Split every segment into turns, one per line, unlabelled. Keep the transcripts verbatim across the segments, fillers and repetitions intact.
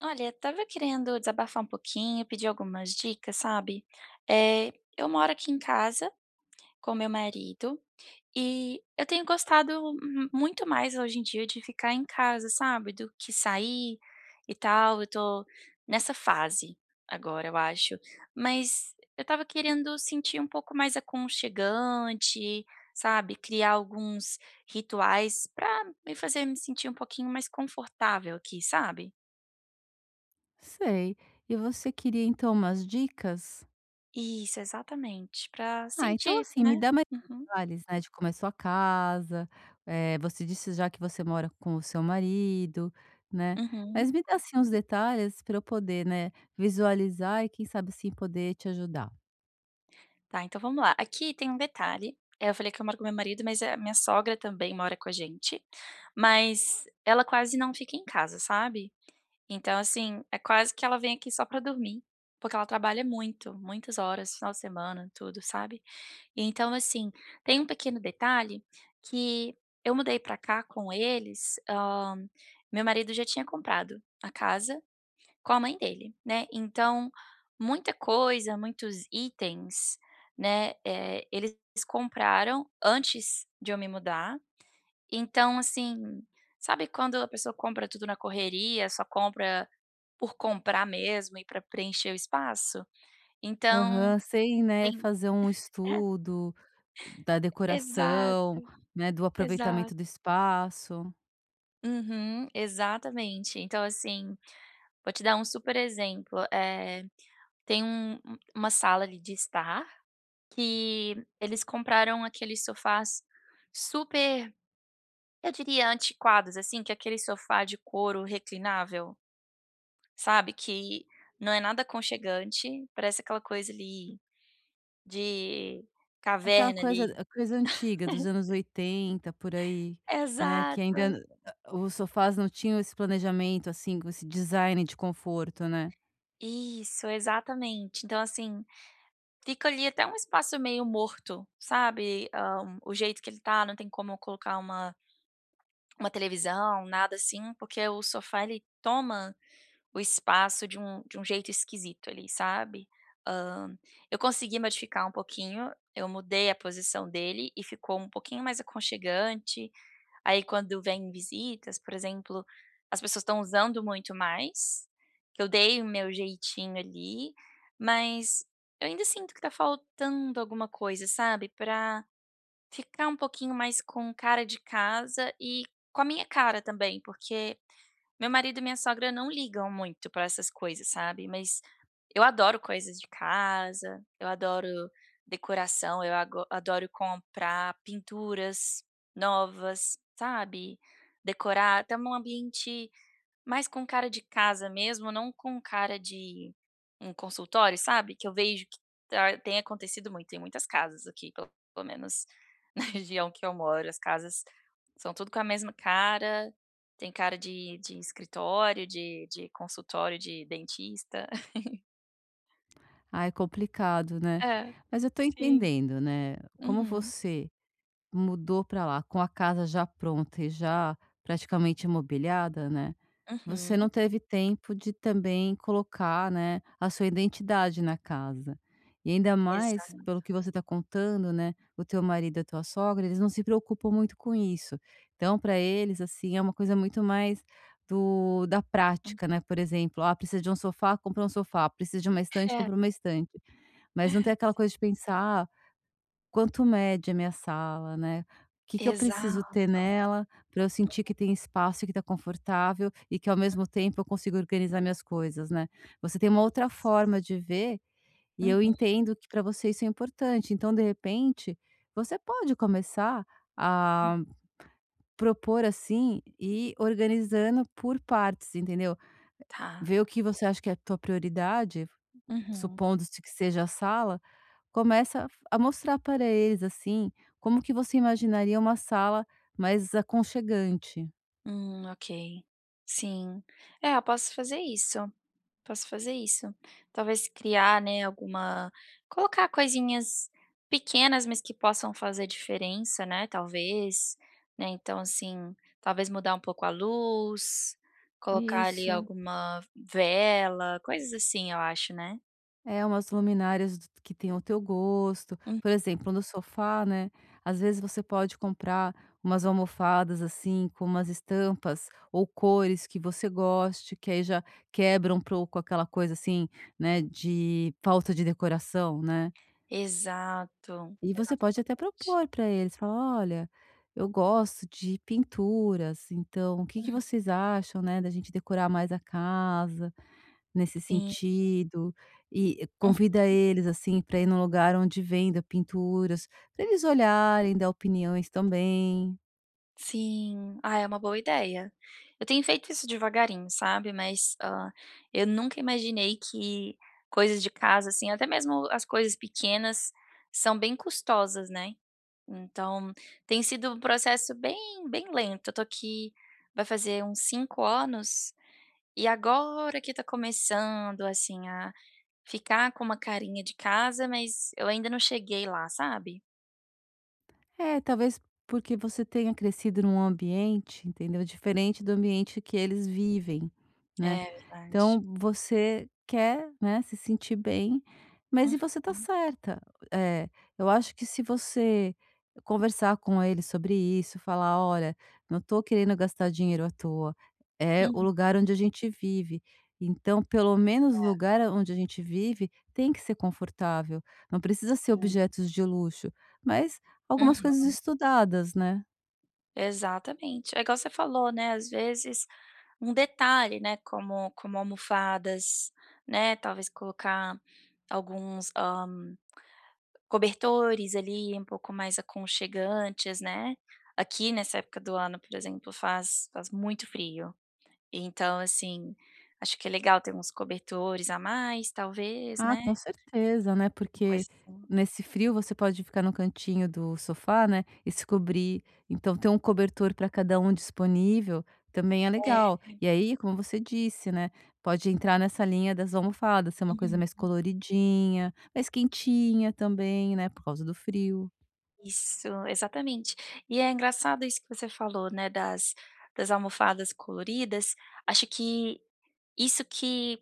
Olha, estava querendo desabafar um pouquinho, pedir algumas dicas, sabe. Eh, eu moro aqui em casa com meu marido e eu tenho gostado mu muito mais hoje em dia de ficar em casa, sabe, do que sair e tal. Eu tô nessa fase agora, eu acho. Mas eu estava querendo sentir um pouco mais aconchegante, sabe, criar alguns rituais pra me fazer me sentir um pouquinho mais confortável aqui, sabe.
Sei. E você queria então umas dicas?
Isso, exatamente, pra
Ah, então
sentir,
assim,
né.
me dá mais
Uhum,
detalhes, né, de como é sua casa, eh, você disse já que você mora com o seu marido, né,
uhum.
mas me dá assim uns detalhes para eu poder, né, visualizar e quem sabe assim poder te ajudar.
Tá, então vamos lá. Aqui tem um detalhe, eh, eu falei que eu moro com meu marido, mas a minha sogra também mora com a gente, mas ela quase não fica em casa, sabe. Então, assim, é quase que ela vem aqui só pra dormir, porque ela trabalha muito, muitas horas, final de semana, tudo, sabe. E então, assim, tem um pequeno detalhe que eu mudei pra cá com eles, hã, meu marido já tinha comprado a casa com a mãe dele, né. Então, muita coisa, muitos itens, né, eh, eles compraram antes de eu me mudar. Então, assim, sabe quando a pessoa compra tudo na correria, só compra por comprar mesmo e para preencher o espaço? Então,
Aham, sem,
tem
né, fazer um estudo da
é, exato,
decoração, né, do aproveitamento
exato.
do espaço.
Uhum, exatamente. Então, assim, vou te dar um super exemplo, eh, tem um um, uma sala ali de estar que eles compraram aqueles sofás super, eu diria antiquados, assim, que é aquele sofá de couro reclinável, sabe, que não é nada aconchegante, parece aquela coisa ali de
Aquela
caverna
coisa
ali.
a coisa antiga dos anos oitenta por aí, né, que
Exato.
ainda n- a- os sofás não tinham esse planejamento, assim, com esse design de conforto, né.
Isso, exatamente. Então, assim, fica ali até um espaço meio morto, sabe, hã, o jeito que ele tá, não tem como eu colocar uma uma televisão, nada assim, porque o sofá ele toma o espaço de um de um jeito esquisito ali, sabe. Hã, eu consegui modificar um pouquinho, eu mudei a posição dele e ficou um pouquinho mais aconchegante. Aí quando vem visitas, por exemplo, as pessoas estão usando muito mais, que eu dei o meu jeitinho ali, mas eu ainda sinto que tá faltando alguma coisa, sabe, pra ficar um pouquinho mais com cara de casa e com a minha cara também, porque meu marido e minha sogra não ligam muito pra essas coisas, sabe, mas eu adoro coisas de casa, eu adoro decoração, eu ago adoro comprar pinturas novas, sabe, decorar, até um ambiente mas com cara de casa mesmo, não com cara de um consultório, sabe, que eu vejo que tá tem acontecido muito, em muitas casas aqui, pelo pelo menos na região que eu moro, as casas são tudo com a mesma cara, tem cara de de escritório, de de consultório de dentista.
Ah, é complicado, né.
É,
Mas eu tô
sim.
entendendo, né, como
Uhum,
você mudou pra lá com a casa já pronta e já praticamente imobiliada, né. Você
uhum,
não teve tempo de também colocar, né, a sua identidade na casa. E ainda mais
exato.
pelo que você está contando, né, o teu marido e a tua sogra, eles não se preocupam muito com isso. Então para eles, assim, é uma coisa muito mais do da prática, né, por exemplo: "Ah, precisa de um sofá, compra um sofá. Precisa de uma estante,
É.
compra uma estante". Mas não tem aquela
Sim.
coisa de pensar: "Ah, quanto mede a minha sala, né? O que que eu preciso ter
Exato,
nela para eu sentir que tem espaço, e que está confortável e que ao mesmo tempo eu consigo organizar minhas coisas, né?" Você tem uma outra
isso.
forma de ver, e eu
Uhum,
entendo que para você isso é importante. Então, de repente, você pode começar a propor assim e ir organizando por partes, entendeu?
tá.
Ver o que você acha que é a tua prioridade,
Uhum.
supondo-se que seja a sala, começa a mostrar para eles, assim, como que você imaginaria uma sala mais aconchegante.
Hum, ok. Sim. É, eu posso fazer isso, posso fazer isso. Talvez criar, né, alguma colocar coisinhas pequenas, mas que possam fazer diferença, né, talvez, né, então, assim, talvez mudar um pouco a luz, colocar ali
Isso.
alguma vela, coisas assim, eu acho, né.
É, umas luminárias d que tenham o teu gosto.
Hum.
Por exemplo, no sofá, né, às vezes você pode comprar umas almofadas, assim, com umas estampas ou cores que você goste, que aí já quebra um pouco aquela coisa, assim, né, de falta de decoração, né.
Exato,
E você
exatamente.
pode até propor para eles, falar: "Olha, eu gosto de pinturas, então o que que
Uhum,
vocês acham, né, da gente decorar mais a casa nesse
sim.
sentido?" E eh, convida eles, assim, para ir num lugar onde venda pinturas, para eles olharem, dar opiniões também.
Sim. Ah, é uma boa ideia. Eu tenho feito isso devagarinho, sabe, mas, hã, eu nunca imaginei que coisas de casa, assim, até mesmo as coisas pequenas, são bem custosas, né. Então, tem sido um processo bem bem lento. Eu tô aqui vai fazer uns cinco anos, e agora que tá começando, assim, a ficar com uma carinha de casa, mas eu ainda não cheguei lá, sabe.
É, talvez porque você tenha crescido num ambiente, entendeu, diferente do ambiente que eles vivem, né.
É verdade.
Então você quer, né, se sentir bem, mas
Uhum.
e você tá certa. Eh, eu acho que se você conversar com eles sobre isso, falar: "Olha, não tô querendo gastar dinheiro à toa, é o
Uhum.
lugar onde a gente vive, então pelo menos o lugar onde a gente vive tem que ser confortável, não precisa ser
Sim.
objetos de luxo, mas algumas
Uhum.
coisas estudadas, né".
Exatamente. É igual você falou, né, às vezes um detalhe, né, como como almofadas, né, talvez colocar alguns, hã, cobertores ali um pouco mais aconchegantes, né. Aqui nessa época do ano, por exemplo, faz faz muito frio, então assim, acho que é legal ter uns cobertores a mais talvez,
Ah,
né,
com certeza, né,
uma coisa
porque
assim.
nesse frio você pode ficar no cantinho do sofá, né, e se cobrir, então ter um cobertor para cada um disponível também é legal.
É.
E aí, como você disse, né, pode entrar nessa linha das almofadas, ser uma coisa
Uhum.
mais coloridinha, mais quentinha também, né, por causa do frio.
Isso, exatamente. E é engraçado isso que você falou, né, das das almofadas coloridas, acho que isso que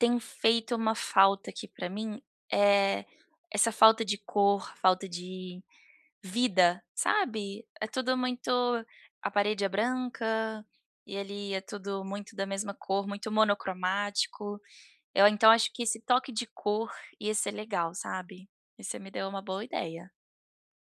tem feito uma falta aqui pra mim, é essa falta de cor, falta de vida, sabe. É tudo muito a parede é branca, e ali é tudo muito da mesma cor, muito monocromático. Eu então acho que esse toque de cor ia ser legal, sabe. E você me deu uma boa ideia.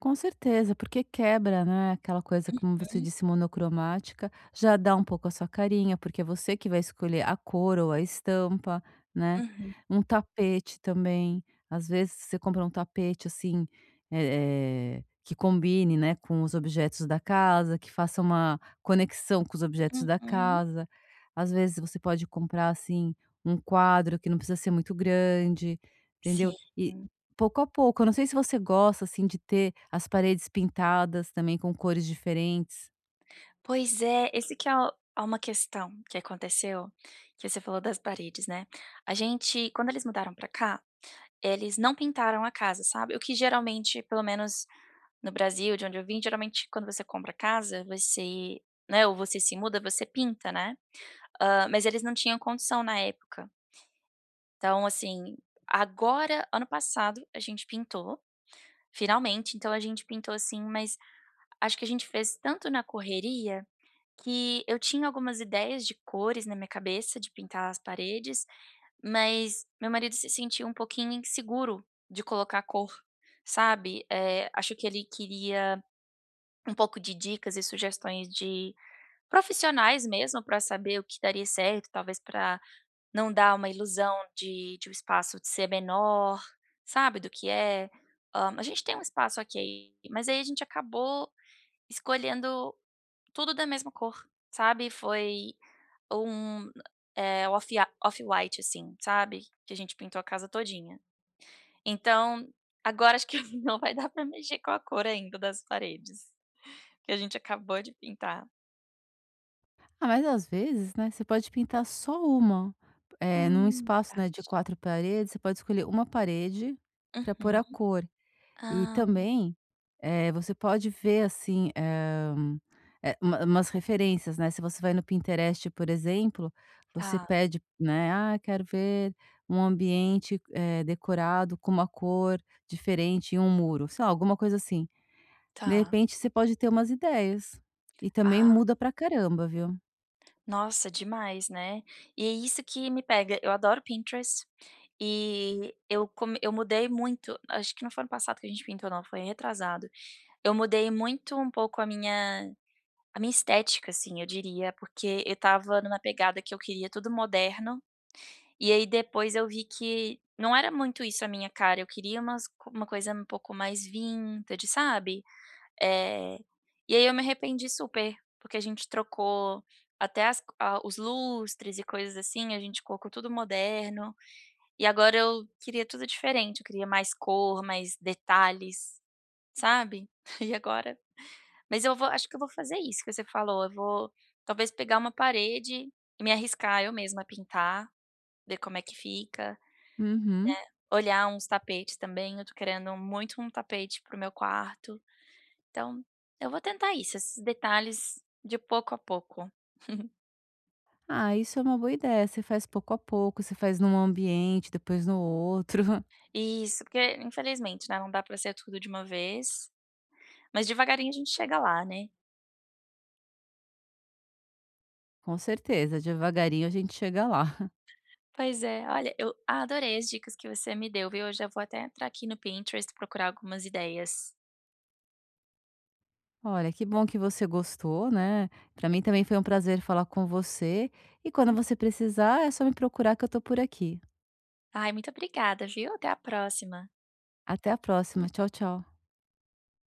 Com certeza, porque quebra, né, aquela coisa, como você
Hum.
disse, monocromática, já dá um pouco a sua carinha, porque é você que vai escolher a cor ou a estampa, né.
Uhum.
Um tapete também, às vezes você compra um tapete, assim, eh eh, que combine, né, com os objetos da casa, que faça uma conexão com os objetos da
Uhum,
casa. Às vezes você pode comprar, assim, um quadro que não precisa ser muito grande,
sim.
entendeu? Pouco a pouco. Eu não sei se você gosta, assim, de ter as paredes pintadas também com cores diferentes.
Pois é, esse que é o é uma questão que aconteceu, que você falou das paredes, né. A gente quando eles mudaram pra cá, eles não pintaram a casa, sabe. O que geralmente, pelo menos no Brasil, de onde eu vim, geralmente quando você compra casa, você né, ou você se muda, você pinta, né. Hã, mas eles não tinham condição na época. Então, assim, agora ano passado a gente pintou, finalmente, então a gente pintou, assim, mas acho que a gente fez tanto na correria que eu tinha algumas ideias de cores na minha cabeça, de pintar as paredes, mas meu marido se sentiu um pouquinho inseguro de colocar cor, sabe. Eh, acho que ele queria um pouco de dicas e sugestões de profissionais mesmo, para saber o que daria certo, talvez para não dar uma ilusão de de o espaço de ser menor, sabe, do que é. Hã, a gente tem um espaço aqui, mas aí a gente acabou escolhendo tudo da mesma cor, sabe, foi um, eh, off off-white, assim, sabe, que a gente pintou a casa todinha. Então, agora acho que não vai dar pra mexer com a cor ainda das paredes, que a gente acabou de pintar.
Ah, mas às vezes, né, você pode pintar só uma. Eh, num
Hum,
espaço,
verdade.
né, de quatro paredes, você pode escolher uma parede para pôr
Uhum.
a cor. E
Ah,
também, eh, você pode ver, assim, eh, um, eh, uma umas referências, né, se você vai no Pinterest, por exemplo, você
tá,
pede, né: "Ah, quero ver um ambiente, eh, decorado com uma cor diferente em um muro", sei lá, alguma coisa assim. De
tá.
repente, você pode ter umas ideias. E também
Ah,
muda pra caramba, viu.
nossa, demais, né. E é isso que me pega, eu adoro Pinterest, e eu come eu mudei muito, acho que não foi ano passado que a gente pintou não, foi retrasado. Eu mudei muito um pouco a minha a minha estética, assim, eu diria, porque eu estava numa pegada que eu queria tudo moderno, e aí depois eu vi que não era muito isso a minha cara, eu queria umas co- uma coisa um pouco mais vintage, sabe? Eh, e aí eu me arrependi super, porque a gente trocou até as a os lustres e coisas assim, a gente colocou tudo moderno, e agora eu queria tudo diferente, eu queria mais cor, mais detalhes, sabe? E agora mas eu vou acho que eu vou fazer isso que você falou, eu vou talvez pegar uma parede e me arriscar eu mesma a pintar, ver como é que fica,
Uhum.
olhar uns tapetes também, eu tô querendo muito um tapete pro meu quarto, então eu vou tentar isso, esses detalhes de pouco a pouco.
Ah, isso é uma boa ideia. Você faz pouco a pouco, você faz num ambiente, depois no outro.
Isso, porque infelizmente, né, não dá pra ser tudo de uma vez, mas devagarinho a gente chega lá, né.
Com certeza, devagarinho a gente chega lá.
Pois é, olha, eu adorei as dicas que você me deu, viu. Eu já vou até entrar aqui no Pinterest, procurar algumas ideias.
Olha, que bom que você gostou, né? Para mim também foi um prazer falar com você. E quando você precisar, é só me procurar que eu tô por aqui.
Ai, muito obrigada, viu? Até a próxima.
Até a próxima. Tchau, tchau.